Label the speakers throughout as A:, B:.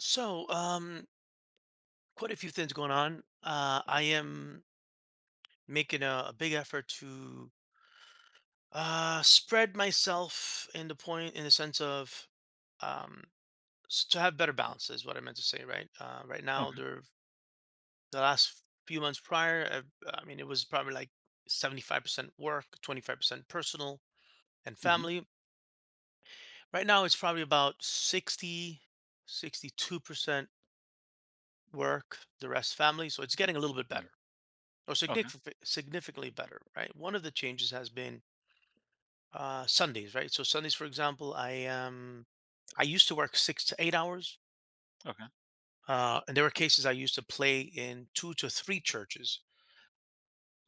A: So, um, Quite a few things going on. I am making a big effort to spread myself in the point, in the sense of um, to have better balance is what I meant to say, right? Right now,
B: Okay.
A: there, the last few months prior, I mean, it was probably like 75% work, 25% personal and
B: Mhm.
A: family. Right now, it's probably about 62% work, the rest family. So it's getting a little bit
B: Mm.
A: better, or
B: Okay.
A: significantly better, right? One of the changes has been Sundays, right? So Sundays, for example, I used to work 6 to 8 hours,
B: Okay.
A: and there were cases I used to play in 2 to 3 churches,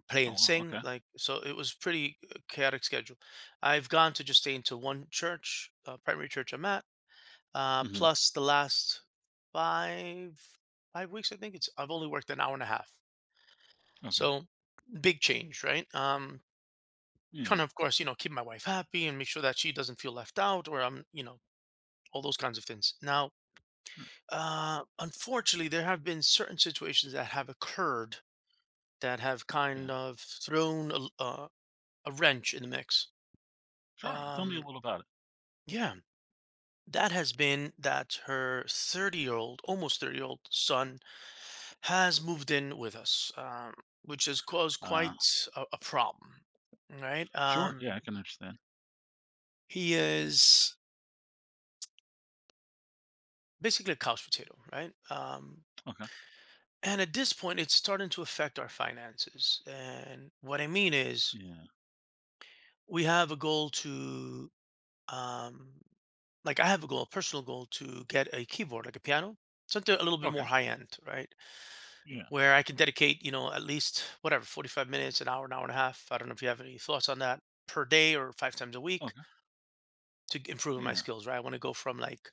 A: play
B: Oh,
A: and
B: wow.
A: sing,
B: Okay.
A: like so. It was pretty chaotic schedule. I've gone to just stay into one church, primary church I'm at,
B: Mhm.
A: plus the last five five weeks, I think it's I've only worked an hour and a half.
B: Okay.
A: So big change, right? Trying
B: Yeah.
A: to, of course, keep my wife happy and make sure that she doesn't feel left out or all those kinds of things. Now,
B: Sure.
A: unfortunately, there have been certain situations that have occurred that have
B: Okay.
A: kind of thrown a wrench in the mix.
B: Sure. Well, tell me a
A: Um,
B: little about it.
A: yeah, that has been that her 30-year-old, almost 30-year-old son has moved in with us, which has caused
B: Uh,
A: quite a problem, right?
B: sure. Yeah, I can understand.
A: He is. Basically a couch potato, right?
B: Okay.
A: And at this point, it's starting to affect our finances. And what I mean is,
B: Yeah.
A: we have a goal to, um, like, I have a goal, a personal goal to get a keyboard, like a piano, something a little bit
B: Okay.
A: more high end, right?
B: Yeah.
A: Where I can dedicate, you know, at least whatever, 45 minutes, an hour and a half. I don't know if you have any thoughts on that per day or five times a week
B: Okay.
A: to improve my
B: Yeah.
A: skills, right? I want to go from like,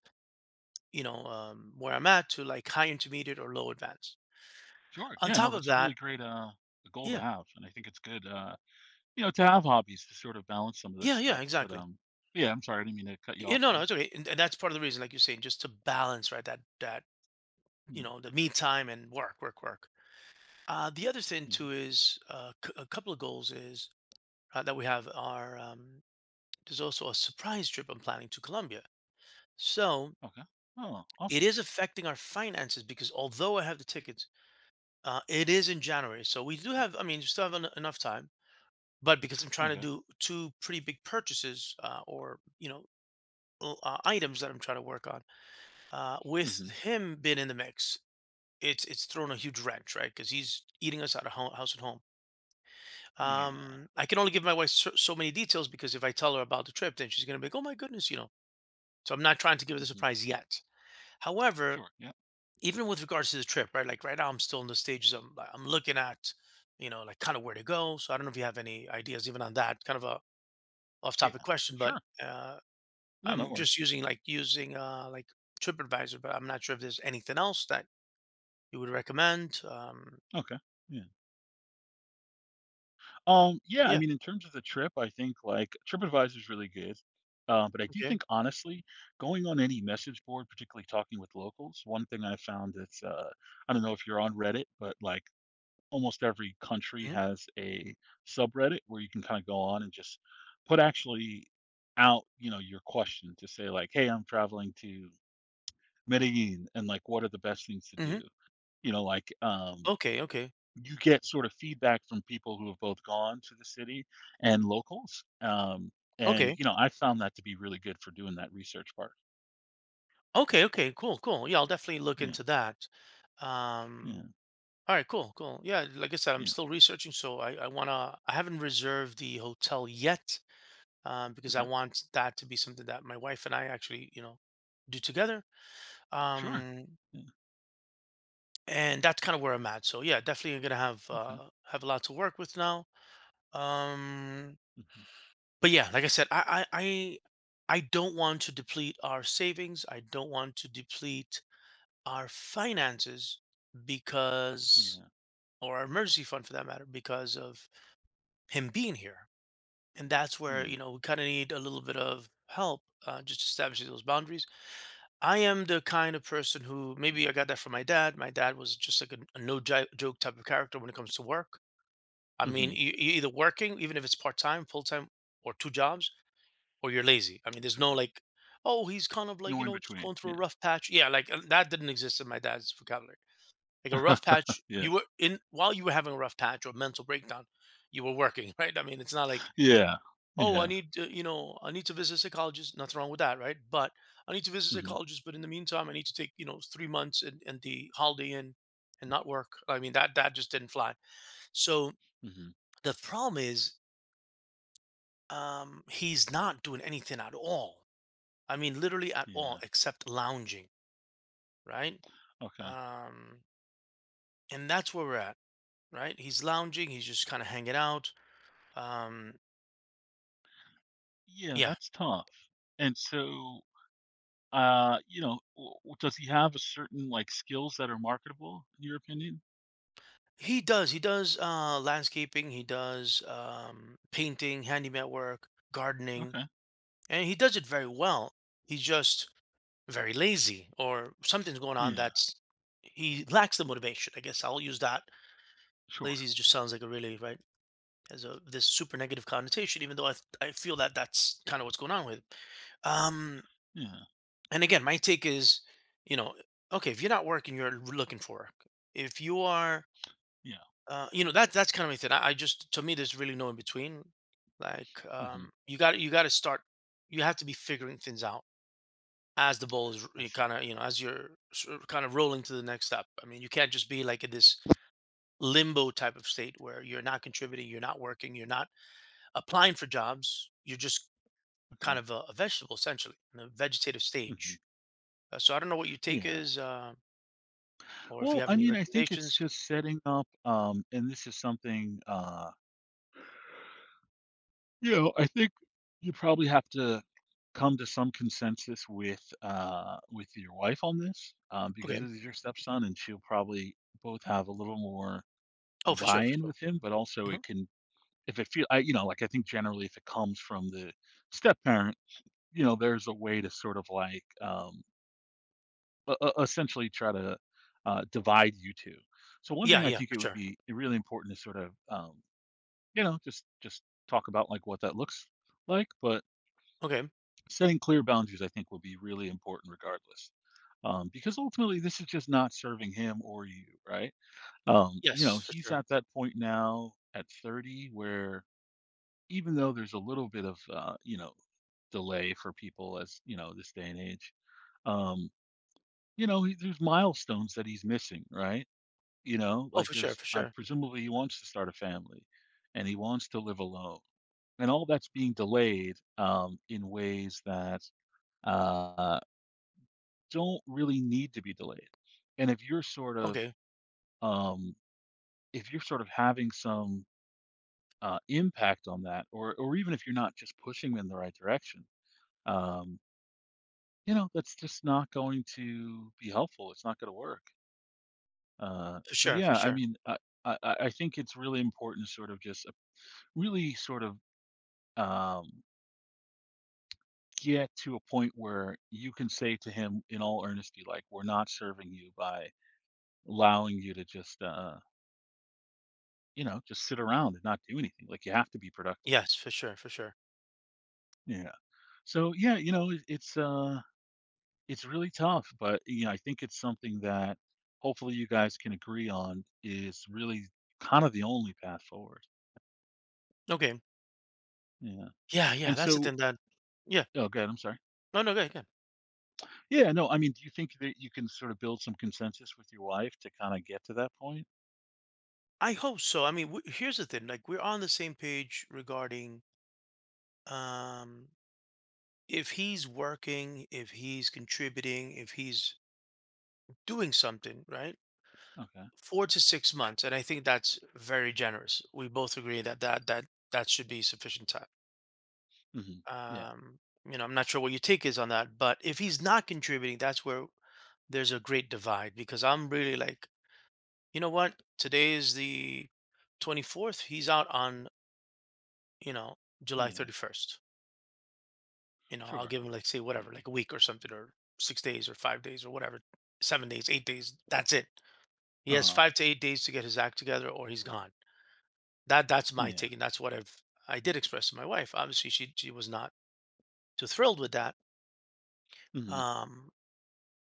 A: you know, where I'm at to like high intermediate or low advanced.
B: Sure.
A: On
B: Yeah.
A: top
B: No,
A: of
B: that's a
A: that,
B: really great goal to
A: yeah.
B: have, and I think it's good. You know, to have hobbies to sort of balance some of this
A: Yeah, yeah,
B: stuff. But
A: exactly.
B: um, yeah. I'm sorry, I didn't mean to cut you
A: Yeah,
B: off
A: no, no,
B: there.
A: it's okay. And that's part of the reason, like you're saying, just to balance, right? That that You
B: Mm.
A: know, the me time and work, work, work. The other thing
B: Mm.
A: too is a couple of goals is that we have are there's also a surprise trip I'm planning to Colombia. So
B: Okay. Oh,
A: it
B: awesome.
A: is affecting our finances because although I have the tickets, it is in January, so we do have. I mean, we still have enough time. But because I'm trying to
B: Okay.
A: do two pretty big purchases or you know items that I'm trying to work on with
B: Mhm.
A: him being in the mix, it's thrown a huge wrench, right? Because he's eating us out of home, house and home.
B: Yeah.
A: I can only give my wife so, so many details because if I tell her about the trip, then she's gonna be like, "Oh my goodness," you know. So I'm not trying to give her the
B: Mhm.
A: surprise yet. However,
B: Sure. Yeah.
A: even with regards to the trip, right? Like right now, I'm still in the stages. I'm looking at, you know, like kind of where to go. So I don't know if you have any ideas even on that. Kind of a off-topic
B: Yeah.
A: question, but
B: Sure.
A: uh,
B: No, no
A: I'm just
B: worries.
A: using like TripAdvisor, but I'm not sure if there's anything else that you would recommend?
B: Okay. Yeah. Yeah, I
A: Yeah.
B: mean, in terms of the trip, I think like TripAdvisor is really good. But I do
A: Okay.
B: think honestly, going on any message board, particularly talking with locals, one thing I found that's I don't know if you're on Reddit, but like almost every country
A: Hmm.
B: has a subreddit where you can kind of go on and just put actually out, you know, your question to say like, hey, I'm traveling to Medellin and like what are the best things to
A: Hmm.
B: do? You know,
A: Okay. Okay.
B: you get sort of feedback from people who have both gone to the city and locals. And
A: Okay.
B: you know, I found that to be really good for doing that research part.
A: Okay. Okay. Cool. Cool. Yeah, I'll definitely look
B: Yeah,
A: into that.
B: yeah,
A: Um, all right. Cool. Cool. Yeah. Like I said, I'm
B: yeah.
A: still researching, so I wanna. I haven't reserved the hotel yet, because I
B: Okay,
A: want that to be something that my wife and I actually, you know, do together.
B: sure.
A: Um,
B: Yeah,
A: and that's kind of where I'm at. So yeah, definitely gonna
B: okay.
A: have a lot to work with now. Um,
B: Hmm.
A: But yeah, like I said, I don't want to deplete our savings. I don't want to deplete our finances because
B: Yeah.
A: or our emergency fund for that matter because of him being here. And that's where, you
B: Mm.
A: know, we kind of need a little bit of help, just establishing those boundaries. I am the kind of person who maybe I got that from my dad. My dad was just like a no joke type of character when it comes to work. I mean,
B: Hmm.
A: you, either working, even if it's part time, full time, or two jobs or you're lazy. I mean, there's no
B: Sure.
A: like, oh, he's kind of like
B: No in
A: just
B: between.
A: going through a
B: Yeah.
A: rough patch. Yeah, like that didn't exist in my dad's vocabulary. Like a rough patch,
B: Yeah.
A: you were in while you were having a rough patch or mental breakdown, you were working, right? I mean, it's not like,
B: Yeah.
A: oh, I
B: Yeah.
A: need to, I need to visit a psychologist. Nothing wrong with that, right? But I need to visit a
B: Hmm.
A: psychologist. But in the meantime, I need to take 3 months, and the holiday in and not work. I mean, that just didn't fly. So
B: Hmm.
A: the problem is, he's not doing anything at all. I mean, literally at all
B: Yeah.
A: except lounging, right?
B: Okay.
A: Um, and that's where we're at, right? He's lounging. He's just kind of hanging out. Um,
B: Yeah,
A: yeah,
B: that's tough. And so, you know, does he have a certain like skills that are marketable in your opinion?
A: he does. He does landscaping. He does painting, handyman work, gardening,
B: Okay.
A: and he does it very well. He's just very lazy, or something's going on
B: Yeah.
A: that's he lacks the motivation. I guess I'll use that. Lazy
B: Sure.
A: just sounds like a really right as a this super negative connotation, even though I feel that that's kind of what's going on with it. Um,
B: Yeah,
A: and again, my take is, you know, okay, if you're not working, you're looking for work. If you are,
B: yeah.
A: you know, that's kind of my thing. I just to me, there's really no in between. Like,
B: Mhm.
A: you got to start. You have to be figuring things out as the ball is
B: I see.
A: kind of, as you're kind of rolling to the next step. I mean, you can't just be like in this limbo type of state where you're not contributing, you're not working, you're not applying for jobs. You're just kind
B: Okay.
A: of a vegetable, essentially in a vegetative
B: Mhm.
A: stage. So I don't know what your take
B: Yeah.
A: is, or if you
B: Well,
A: have
B: I
A: any
B: mean, I think it's
A: recommendations.
B: just setting up, and this is something, you know, I think you probably have to come to some consensus with with your wife on this, because
A: Okay.
B: this is your stepson and she'll probably both have a little more
A: Oh, for sure, for
B: buy-in
A: sure.
B: with him, but also
A: Hmm.
B: it can if it feel I you know, like I think generally if it comes from the step parent, you know, there's a way to sort of like essentially try to divide you two. So one
A: Yeah,
B: thing I
A: yeah,
B: think
A: for
B: it would
A: sure.
B: be really important to sort of you know just talk about like what that looks like, but
A: Okay.
B: setting clear boundaries I think will be really important regardless. Because ultimately this is just not serving him or you, right? You
A: Yes,
B: know,
A: for
B: he's
A: sure.
B: at that point now at 30 where even though there's a little bit of you know, delay for people as, you know, this day and age, um, you know, there's milestones that he's missing, right? You know,
A: Oh,
B: like
A: for sure,
B: there's
A: for sure.
B: presumably he wants to start a family and he wants to live alone. And all that's being delayed in ways that uh, don't really need to be delayed. And if you're sort of
A: Okay,
B: um, if you're sort of having some impact on that, or even if you're not just pushing them in the right direction, um, you know, that's just not going to be helpful. It's not going to work.
A: for
B: So
A: sure, for
B: yeah, I
A: sure.
B: mean, I think it's really important to sort of just really sort of um, get to a point where you can say to him in all earnesty, like, we're not serving you by allowing you to just, you know, just sit around and not do anything. Like you have to be productive.
A: Yes, for sure, for sure.
B: Yeah. So yeah, you know, it's really tough, but you know, I think it's something that hopefully you guys can agree on is really kind of the only path forward.
A: Okay.
B: Yeah.
A: Yeah, yeah.
B: And
A: That's the
B: so,
A: thing that. Yeah.
B: oh, good. I'm sorry.
A: No, no, go ahead. Go ahead.
B: Yeah. No, I mean, do you think that you can sort of build some consensus with your wife to kind of get to that point?
A: I hope so. I mean, here's the thing. Like, we're on the same page regarding um if he's working, if he's contributing, if he's doing something, right?
B: Okay.
A: 4 to 6 months, and I think that's very generous. We both agree that that should be sufficient time.
B: Mhm. Yeah,
A: Um, you know, I'm not sure what your take is on that, but if he's not contributing, that's where there's a great divide because I'm really like, you know what? Today is the 24th. He's out on, you know, July
B: yeah,
A: 31st. You know, I'll
B: sure.
A: give him like say
B: Yeah.
A: whatever, like a week or something or 6 days or 5 days or whatever, 7 days, 8 days. That's it. He has
B: Uh-huh.
A: 5 to 8 days to get his act together or he's gone. That's my
B: Yeah.
A: take, and that's what I did express to my wife. Obviously, she was not too thrilled with that.
B: Mhm.
A: Um,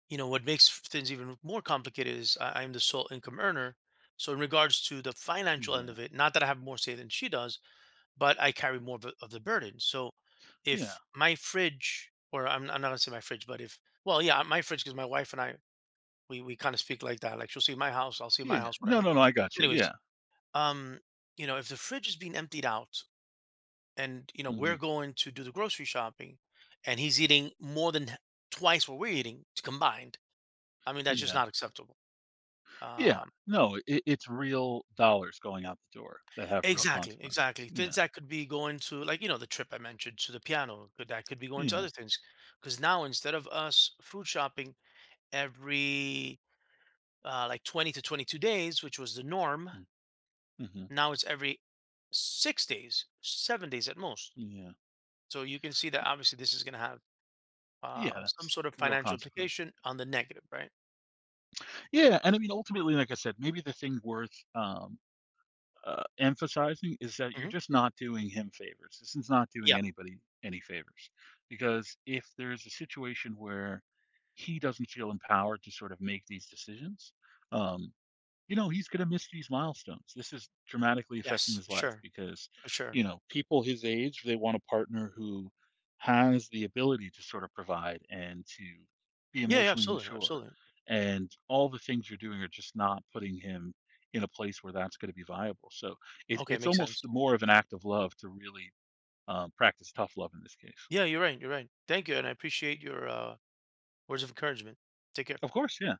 A: you know, what makes things even more complicated is I'm the sole income earner. So in regards to the financial end
B: Yeah.
A: of it, not that I have more say than she does, but I carry more of, of the burden. So
B: Yeah.
A: if my fridge, or I'm not gonna say my fridge, but if, well, yeah, my fridge, because my wife and I we kind of speak like that. Like she'll see my house, I'll see my
B: Yeah.
A: house,
B: No,
A: whatever.
B: no, no, I got you.
A: Anyways,
B: Yeah.
A: um, you know, if the fridge is being emptied out and you know we're
B: Mhm.
A: going to do the grocery shopping and he's eating more than twice what we're eating combined. I mean that's just
B: Yeah.
A: not acceptable.
B: Yeah.
A: um
B: No, it's real dollars going out the door that have real
A: exactly,
B: consequences.
A: exactly. Things
B: Yeah.
A: that could be going to, like, you know, the trip I mentioned, to the piano, could that could be going to
B: Yeah.
A: other things because now instead of us food shopping every like 20 to 22 days which was the norm,
B: Mm. Mm-hmm.
A: now it's every 6 days, 7 days at most.
B: Yeah.
A: So you can see that obviously this is going to have
B: Yeah,
A: some
B: that's
A: sort of
B: real
A: financial
B: consequences.
A: implication on the negative, right?
B: Yeah, and I mean ultimately like I said, maybe the thing worth emphasizing is that you're
A: Hmm.
B: just not doing him favors. This is not doing
A: Yep.
B: anybody any favors. Because if there's a situation where he doesn't feel empowered to sort of make these decisions, um, you know, he's gonna miss these milestones. This is dramatically affecting
A: Yes.
B: his
A: For
B: life
A: sure.
B: because,
A: For sure.
B: you know, people his age, they want a partner who has the ability to sort of provide and to be
A: Yeah. Yeah,
B: emotionally
A: absolutely.
B: mature.
A: Absolutely.
B: And all the things you're doing are just not putting him in a place where that's going to be viable. So
A: Okay.
B: it's
A: Makes
B: almost
A: sense.
B: more of an act of love to really practice tough love in this case.
A: Yeah. You're right. You're right. Thank you, and I appreciate your words of encouragement. Take care.
B: Of course, yeah.